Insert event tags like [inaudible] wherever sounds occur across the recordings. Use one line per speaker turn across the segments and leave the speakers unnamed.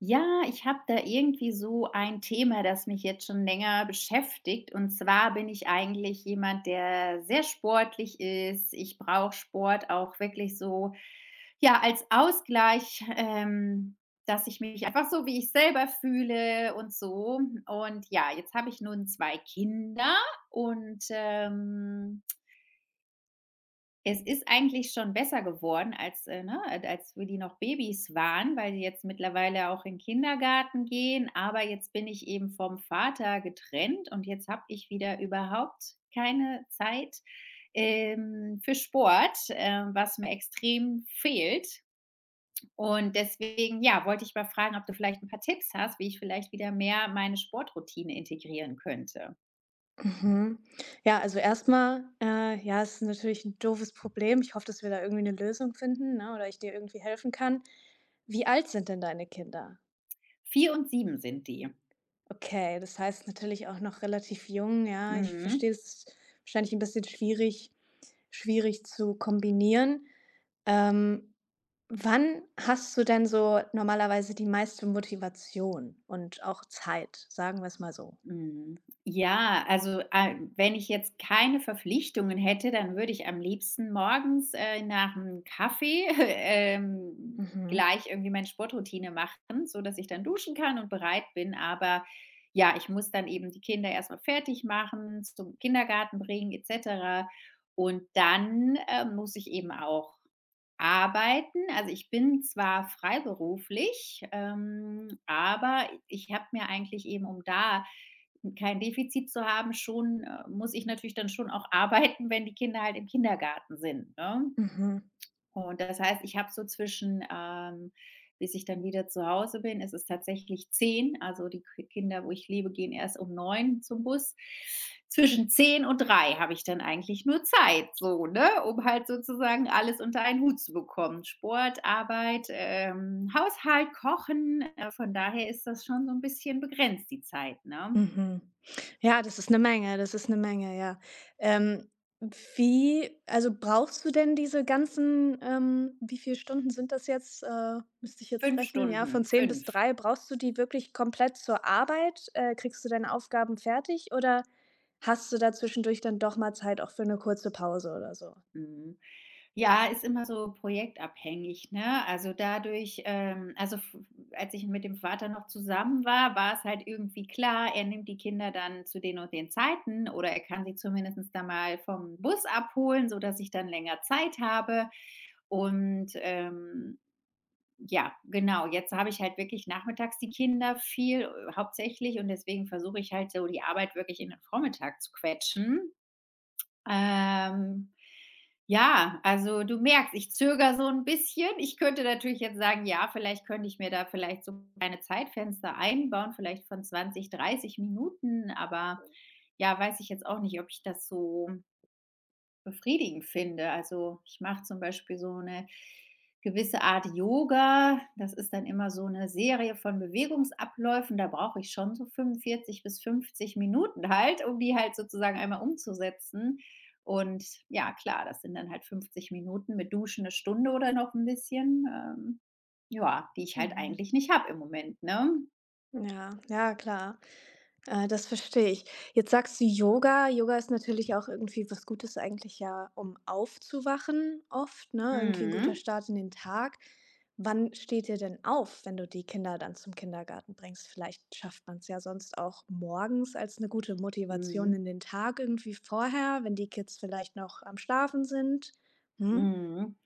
Ja, ich habe da irgendwie so ein Thema, das mich jetzt schon länger beschäftigt. Und zwar bin ich eigentlich jemand, der sehr sportlich ist. Ich brauche Sport auch wirklich so, ja, als Ausgleich, dass ich mich einfach so, wie ich selber fühle und so. Und ja, jetzt habe ich nun zwei Kinder und es ist eigentlich schon besser geworden, als wir die noch Babys waren, weil die jetzt mittlerweile auch in den Kindergarten gehen. Aber jetzt bin ich eben vom Vater getrennt und jetzt habe ich wieder überhaupt keine Zeit, für Sport, was mir extrem fehlt. Und deswegen, ja, wollte ich mal fragen, ob du vielleicht ein paar Tipps hast, wie ich vielleicht wieder mehr meine Sportroutine integrieren könnte.
Mhm. Ja, also erstmal, ja, es ist natürlich ein doofes Problem. Ich hoffe, dass wir da irgendwie eine Lösung finden, ne, oder ich dir irgendwie helfen kann. Wie alt sind denn deine Kinder?
4 und 7 sind die.
Okay, das heißt natürlich auch noch relativ jung, ja. Ich
Mhm.
verstehe, es ist wahrscheinlich ein bisschen schwierig zu kombinieren. Ähm, Wann hast du denn so normalerweise die meiste Motivation und auch Zeit? Sagen wir es mal so.
Mhm. Ja, also, wenn ich jetzt keine Verpflichtungen hätte, dann würde ich am liebsten morgens, nach 'm Kaffee, [laughs] ähm,
Mhm.
gleich irgendwie meine Sportroutine machen, so dass ich dann duschen kann und bereit bin. Aber ja, ich muss dann eben die Kinder erstmal fertig machen, zum Kindergarten bringen et cetera. Und dann, muss ich eben auch arbeiten. Also, ich bin zwar freiberuflich, aber ich habe mir eigentlich eben, um da kein Defizit zu haben, schon muss ich natürlich dann schon auch [laughs] arbeiten, wenn die Kinder halt im Kindergarten sind, ne?
Mhm.
Und das heißt, ich habe so zwischen, bis ich dann wieder zu Hause bin, ist es tatsächlich 10. Also die K Kinder, wo ich lebe, gehen erst um 9 zum Bus. Zwischen 10 und 3 habe ich dann eigentlich nur Zeit, so, ne? Um halt sozusagen alles unter einen Hut zu bekommen. Sport, Arbeit, Haushalt, Kochen. Von daher ist das schon so ein bisschen begrenzt, die Zeit, ne?
Mhm. Ja, das ist eine Menge, das ist eine Menge, ja. Ähm, wie also, brauchst du denn diese ganzen wie viele Stunden sind das jetzt? Müsste ich jetzt
fünf
rechnen, ja, von
Stunden,
10 bis
fünf.
drei. Brauchst du die wirklich komplett zur Arbeit? Kriegst du deine Aufgaben fertig oder hast du da zwischendurch dann doch mal Zeit auch für eine kurze Pause oder so?
Mhm. Ja, ist immer so projektabhängig, ne? Also, dadurch also, f als ich mit dem Vater noch zusammen war, war es halt irgendwie klar, er nimmt die Kinder dann zu den und den Zeiten oder er kann sie zumindest dann mal vom Bus abholen, sodass ich dann länger Zeit habe. Und, ja, genau, jetzt habe ich halt wirklich nachmittags die Kinder viel, hauptsächlich, und deswegen versuche ich halt so die Arbeit wirklich in den Vormittag zu quetschen. Ähm, ja, also, du merkst, ich zögere so ein bisschen. Ich könnte natürlich jetzt sagen: „Ja, vielleicht könnte ich mir da vielleicht so kleine Zeitfenster einbauen, vielleicht von 20, 30 Minuten“, aber ja, weiß ich jetzt auch nicht, ob ich das so befriedigend finde. Also, ich mache zum Beispiel so eine gewisse Art Yoga. Das ist dann immer so eine Serie von Bewegungsabläufen. Da brauche ich schon so 45 bis 50 Minuten halt, um die halt sozusagen einmal umzusetzen. Und ja, klar, das sind dann halt 50 Minuten, mit Duschen eine Stunde oder noch ein bisschen, ja, die ich halt
Mhm.
eigentlich nicht habe im Moment, ne?
Ja, ja, klar. Ah, das verstehe ich. Jetzt sagst du Yoga. Yoga ist natürlich auch irgendwie was Gutes eigentlich ja, um aufzuwachen oft, ne? Irgendwie ein guter
Mhm.
Start in den Tag. Wann steht ihr denn auf, wenn du die Kinder dann zum Kindergarten bringst? Vielleicht schafft man es ja sonst auch morgens als eine gute Motivation in
Mhm.
den Tag irgendwie vorher, wenn die Kids vielleicht noch am Schlafen sind. Mhm.
Mhm.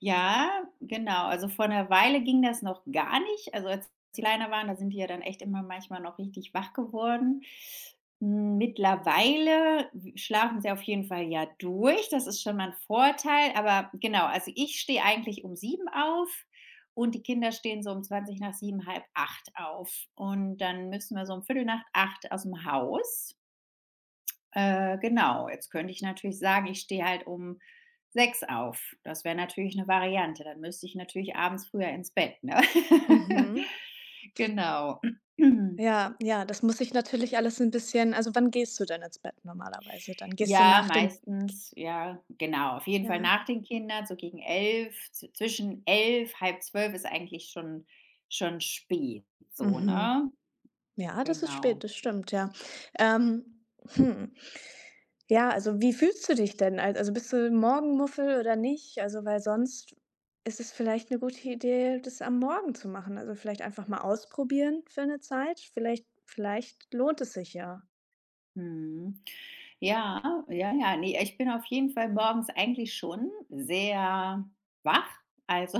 Ja, genau. Also, vor 'ner Weile ging das noch gar nicht. Also, als die kleiner waren, da sind die ja dann echt immer manchmal noch richtig wach geworden. Hm, mittlerweile schlafen sie auf jeden Fall ja durch, das ist schon mal ein Vorteil, aber genau, also, ich stehe eigentlich um 7 auf, und die Kinder stehen so um 20 nach 7, halb 8 auf, und dann müssen wir so um viertel nach acht aus dem Haus. Genau, jetzt könnte ich natürlich sagen, ich stehe halt um 6 auf. Das wäre natürlich eine Variante. Dann müsste ich natürlich abends früher ins Bett, ne? [laughs]
Mhm.
Genau. [clears throat]
Ja, ja, das muss ich natürlich alles ein bisschen also, wann gehst du denn ins Bett normalerweise dann? Gehst du
Ja,
nach den.
meistens, ja, genau, auf jeden Fall
Ja.
nach den Kindern, so gegen 11. z Zwischen 11, halb zwölf, ist eigentlich schon spät so,
Mhm.
ne?
Ja, das ist spät,
Genau.
das stimmt, ja. Ähm, hm, ja, also wie fühlst du dich denn? Al Also bist du Morgenmuffel oder nicht? Also, weil sonst ist es vielleicht eine gute Idee, das am Morgen zu machen. Also, vielleicht einfach mal ausprobieren für eine Zeit. Vielleicht lohnt es sich ja.
Mhm. Ja, ja, ja, nee, ich bin auf jeden Fall morgens eigentlich schon sehr wach. Also,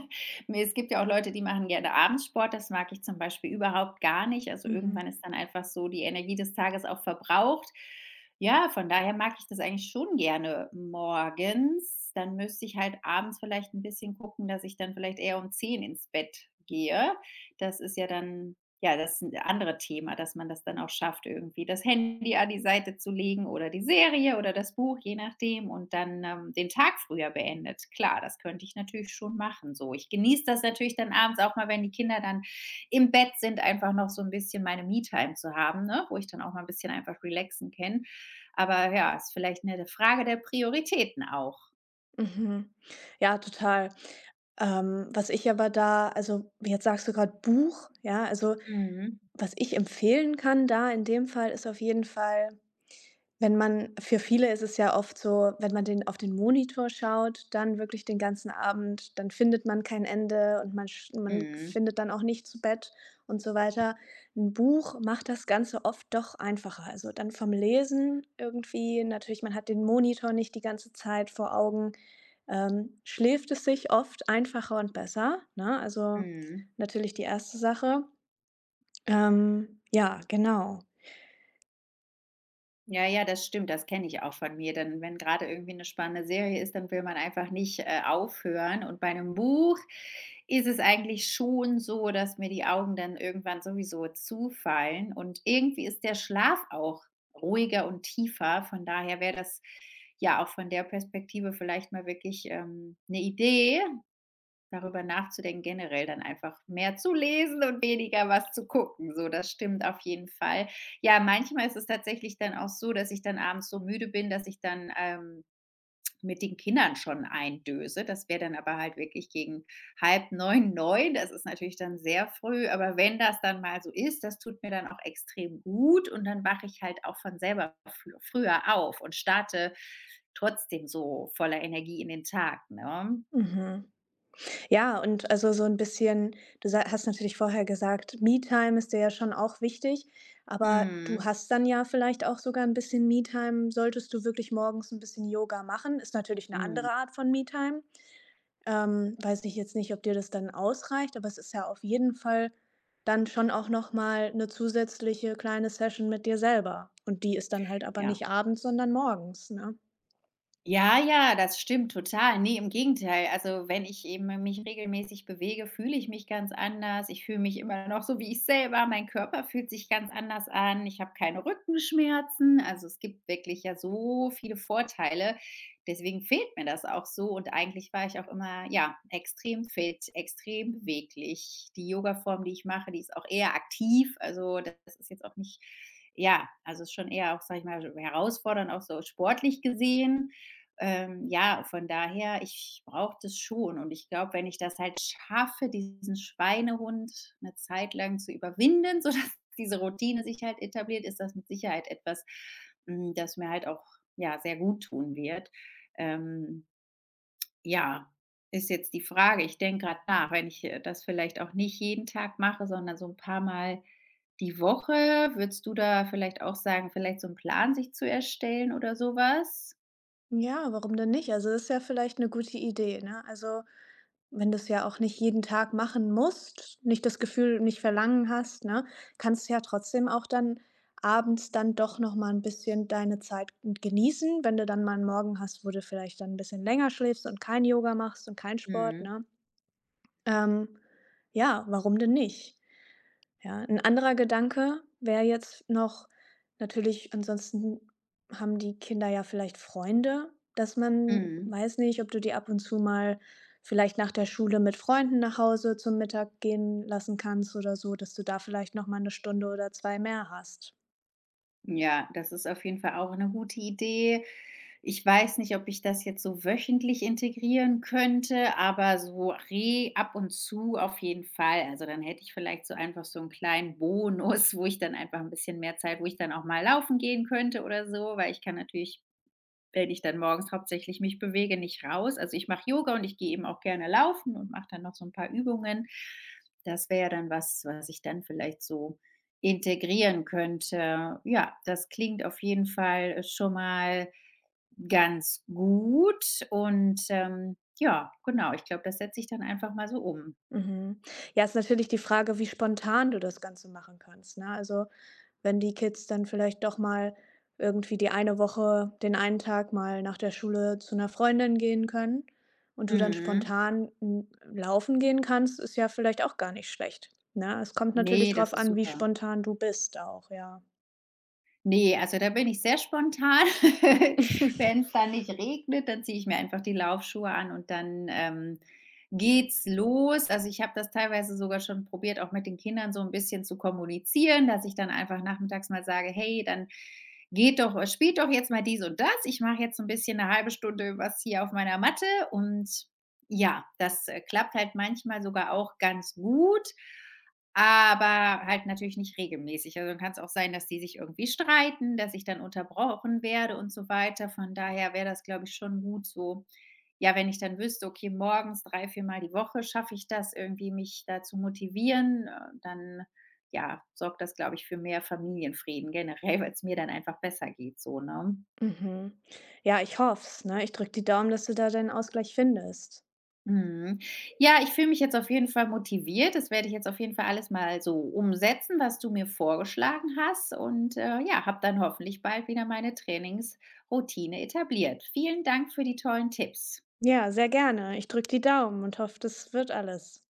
[laughs] mir es gibt ja auch Leute, die machen gerne abends Sport. Das mag ich zum Beispiel überhaupt gar nicht. Also,
Mhm,
irgendwann ist dann einfach so die Energie des Tages auch verbraucht. Ja, von daher mag ich das eigentlich schon gerne morgens. Dann müsste ich halt abends vielleicht ein bisschen gucken, dass ich dann vielleicht eher um 10 ins Bett gehe. Das ist ja dann ja, das ist ein anderes Thema, dass man das dann auch schafft, irgendwie das Handy an die Seite zu legen oder die Serie oder das Buch, je nachdem, und dann, den Tag früher beendet. Klar, das könnte ich natürlich schon machen so. Ich genieße das natürlich dann abends auch mal, wenn die Kinder dann im Bett sind, einfach noch so ein bisschen meine Me-Time zu haben, ne, wo ich dann auch mal ein bisschen einfach relaxen kann. Aber ja, ist vielleicht eine Frage der Prioritäten auch.
mhm. Ja, total. Was ich aber da also, jetzt sagst du gerade Buch, ja, also
Mhm.
was ich empfehlen kann da in dem Fall ist auf jeden Fall. Wenn man für viele ist es ja oft so, wenn man den auf den Monitor schaut, dann wirklich den ganzen Abend, dann findet man kein Ende und man sch man
Mhm.
findet dann auch nicht zu Bett und so weiter. Ein Buch macht das Ganze oft doch einfacher. Also, dann vom Lesen irgendwie natürlich, man hat den Monitor nicht die ganze Zeit vor Augen, schläft es sich oft einfacher und besser, ne? Also,
Mhm.
natürlich die erste Sache. Ja, genau.
Ja, ja, das stimmt, das kenne ich auch von mir. Dann, wenn gerade irgendwie eine spannende Serie ist, dann will man einfach nicht, aufhören. Und bei einem Buch ist es eigentlich schon so, dass mir die Augen dann irgendwann sowieso zufallen. Und irgendwie ist der Schlaf auch ruhiger und tiefer. Von daher wäre das ja auch von der Perspektive vielleicht mal wirklich, 'ne Idee, darüber nachzudenken, generell dann einfach mehr zu lesen und weniger was zu gucken. So, das stimmt auf jeden Fall. Ja, manchmal ist es tatsächlich dann auch so, dass ich dann abends so müde bin, dass ich dann, mit den Kindern schon eindöse. Das wäre dann aber halt wirklich gegen halb neun, neun. Das ist natürlich dann sehr früh, aber wenn das dann mal so ist, das tut mir dann auch extrem gut, und dann wache ich halt auch von selber früher auf und starte trotzdem so voller Energie in den Tag, ne?
Mhm. Ja, und also so ein bisschen du sa hast natürlich vorher gesagt, Me-Time ist dir ja schon auch wichtig, aber du
Mhm.
hast dann ja vielleicht auch sogar ein bisschen Me-Time, solltest du wirklich morgens ein bisschen Yoga machen. Ist natürlich eine
Mhm.
andere Art von Me-Time. Weiß ich jetzt nicht, ob dir das dann ausreicht, aber es ist ja auf jeden Fall dann schon auch noch mal 'ne zusätzliche kleine Session mit dir selber. Und die ist dann halt aber
Ja.
nicht abends, sondern morgens, ne?
Ja, ja, das stimmt total. Ne, im Gegenteil. Also, wenn ich eben mich regelmäßig bewege, fühle ich mich ganz anders. Ich fühle mich immer noch so wie ich selber. Mein Körper fühlt sich ganz anders an. Ich habe keine Rückenschmerzen. Also, es gibt wirklich ja so viele Vorteile. Deswegen fehlt mir das auch so, und eigentlich war ich auch immer, ja, extrem fit, extrem beweglich. Die Yogaform, die ich mache, die ist auch eher aktiv. Also, das ist jetzt auch nicht ja, also, ist schon eher auch, sage ich mal, herausfordernd, auch so sportlich gesehen. Ja, von daher, ich brauche das schon, und ich glaube, wenn ich das halt schaffe, diesen Schweinehund eine Zeit lang zu überwinden, [laughs] sodass diese Routine sich halt etabliert, ist das mit Sicherheit etwas, das mir halt auch, ja, sehr gut tun wird. Ähm, ja, ist jetzt die Frage. Ich denke gerade nach, wenn ich, das vielleicht auch nicht jeden Tag mache, sondern so ein paar Mal die Woche, würdest du da vielleicht auch sagen, vielleicht so einen Plan sich zu erstellen oder sowas.
Ja, warum denn nicht? Also, ist ja vielleicht eine gute Idee, ne? Also, wenn du es ja auch nicht jeden Tag machen musst, nicht das Gefühl, nicht Verlangen hast, ne, kannst du ja trotzdem auch dann abends dann doch noch mal ein bisschen deine Zeit genießen, wenn du dann mal einen Morgen hast, wo du vielleicht dann ein bisschen länger schläfst und kein Yoga machst und kein Sport, ne? Ähm, ja, warum denn nicht? Ja, ein anderer Gedanke wäre jetzt noch natürlich, ansonsten haben die Kinder ja vielleicht Freunde, dass
Mhm.
man
Mhm.
weiß nicht, ob du die ab und zu mal vielleicht nach der Schule mit Freunden nach Hause zum Mittag gehen lassen kannst oder so, dass du da vielleicht noch mal eine Stunde oder 2 mehr hast.
Ja, das ist auf jeden Fall auch eine gute Idee. Ich weiß nicht, ob ich das jetzt so wöchentlich integrieren könnte, aber so re ab und zu auf jeden Fall. Also, dann hätte ich vielleicht so einfach so einen kleinen Bonus, [laughs] wo ich dann einfach ein bisschen mehr Zeit, wo ich dann auch mal laufen gehen könnte oder so, weil ich kann natürlich, wenn ich dann morgens hauptsächlich mich bewege, nicht raus. Also ich mache Yoga und ich gehe eben auch gerne laufen und mache dann noch so ein paar Übungen. Das wäre ja dann was, was ich dann vielleicht so integrieren könnte. Ja, das klingt auf jeden Fall schon mal ganz gut. Und ja, genau, ich glaube, das setze ich dann einfach mal so um.
Mhm. Ja, ist natürlich die Frage, wie spontan du das Ganze machen kannst, ne? Also, wenn die Kids dann vielleicht doch mal irgendwie die eine Woche den einen Tag mal nach der Schule zu einer Freundin gehen können und du dann
Mhm.
spontan, hm, laufen gehen kannst, ist ja vielleicht auch gar nicht schlecht, ne? Es kommt natürlich
Ne, das
drauf
ist
an, wie
super.
spontan du bist auch, ja.
Ne, also da bin ich sehr spontan. [laughs] Wenn's
[laughs]
dann nicht regnet, dann ziehe ich mir einfach die Laufschuhe an, und dann, geht's los. Also, ich habe das teilweise sogar schon probiert, auch mit den Kindern so ein bisschen zu kommunizieren, dass ich dann einfach nachmittags mal sage: „Hey, dann geht doch spielt doch jetzt mal dies und das. Ich mache jetzt so ein bisschen eine halbe Stunde was hier auf meiner Matte.“ Und ja, das, klappt halt manchmal sogar auch ganz gut. Aber halt natürlich nicht regelmäßig. Also, dann kann es auch sein, dass die sich irgendwie streiten, dass ich dann unterbrochen werde und so weiter. Von daher wäre das, glaube ich, schon gut so, ja, wenn ich dann wüsste, okay, morgens 3 viermal die Woche schaffe ich das irgendwie, mich da zu motivieren, dann, ja, sorgt das, glaube ich, für mehr Familienfrieden generell, weil es mir dann einfach besser geht so, ne?
Mhm. Ja, ich hoff's, ne? Ich drück die Daumen, dass du da deinen Ausgleich findest.
Mhm. Ja, ich fühle mich jetzt auf jeden Fall motiviert. Das werde ich jetzt auf jeden Fall alles mal so umsetzen, was du mir vorgeschlagen hast. Und ja, habe dann hoffentlich bald wieder meine Trainingsroutine etabliert. Vielen Dank für die tollen Tipps.
Ja, sehr gerne. Ich drück die Daumen und hoffe, das wird alles.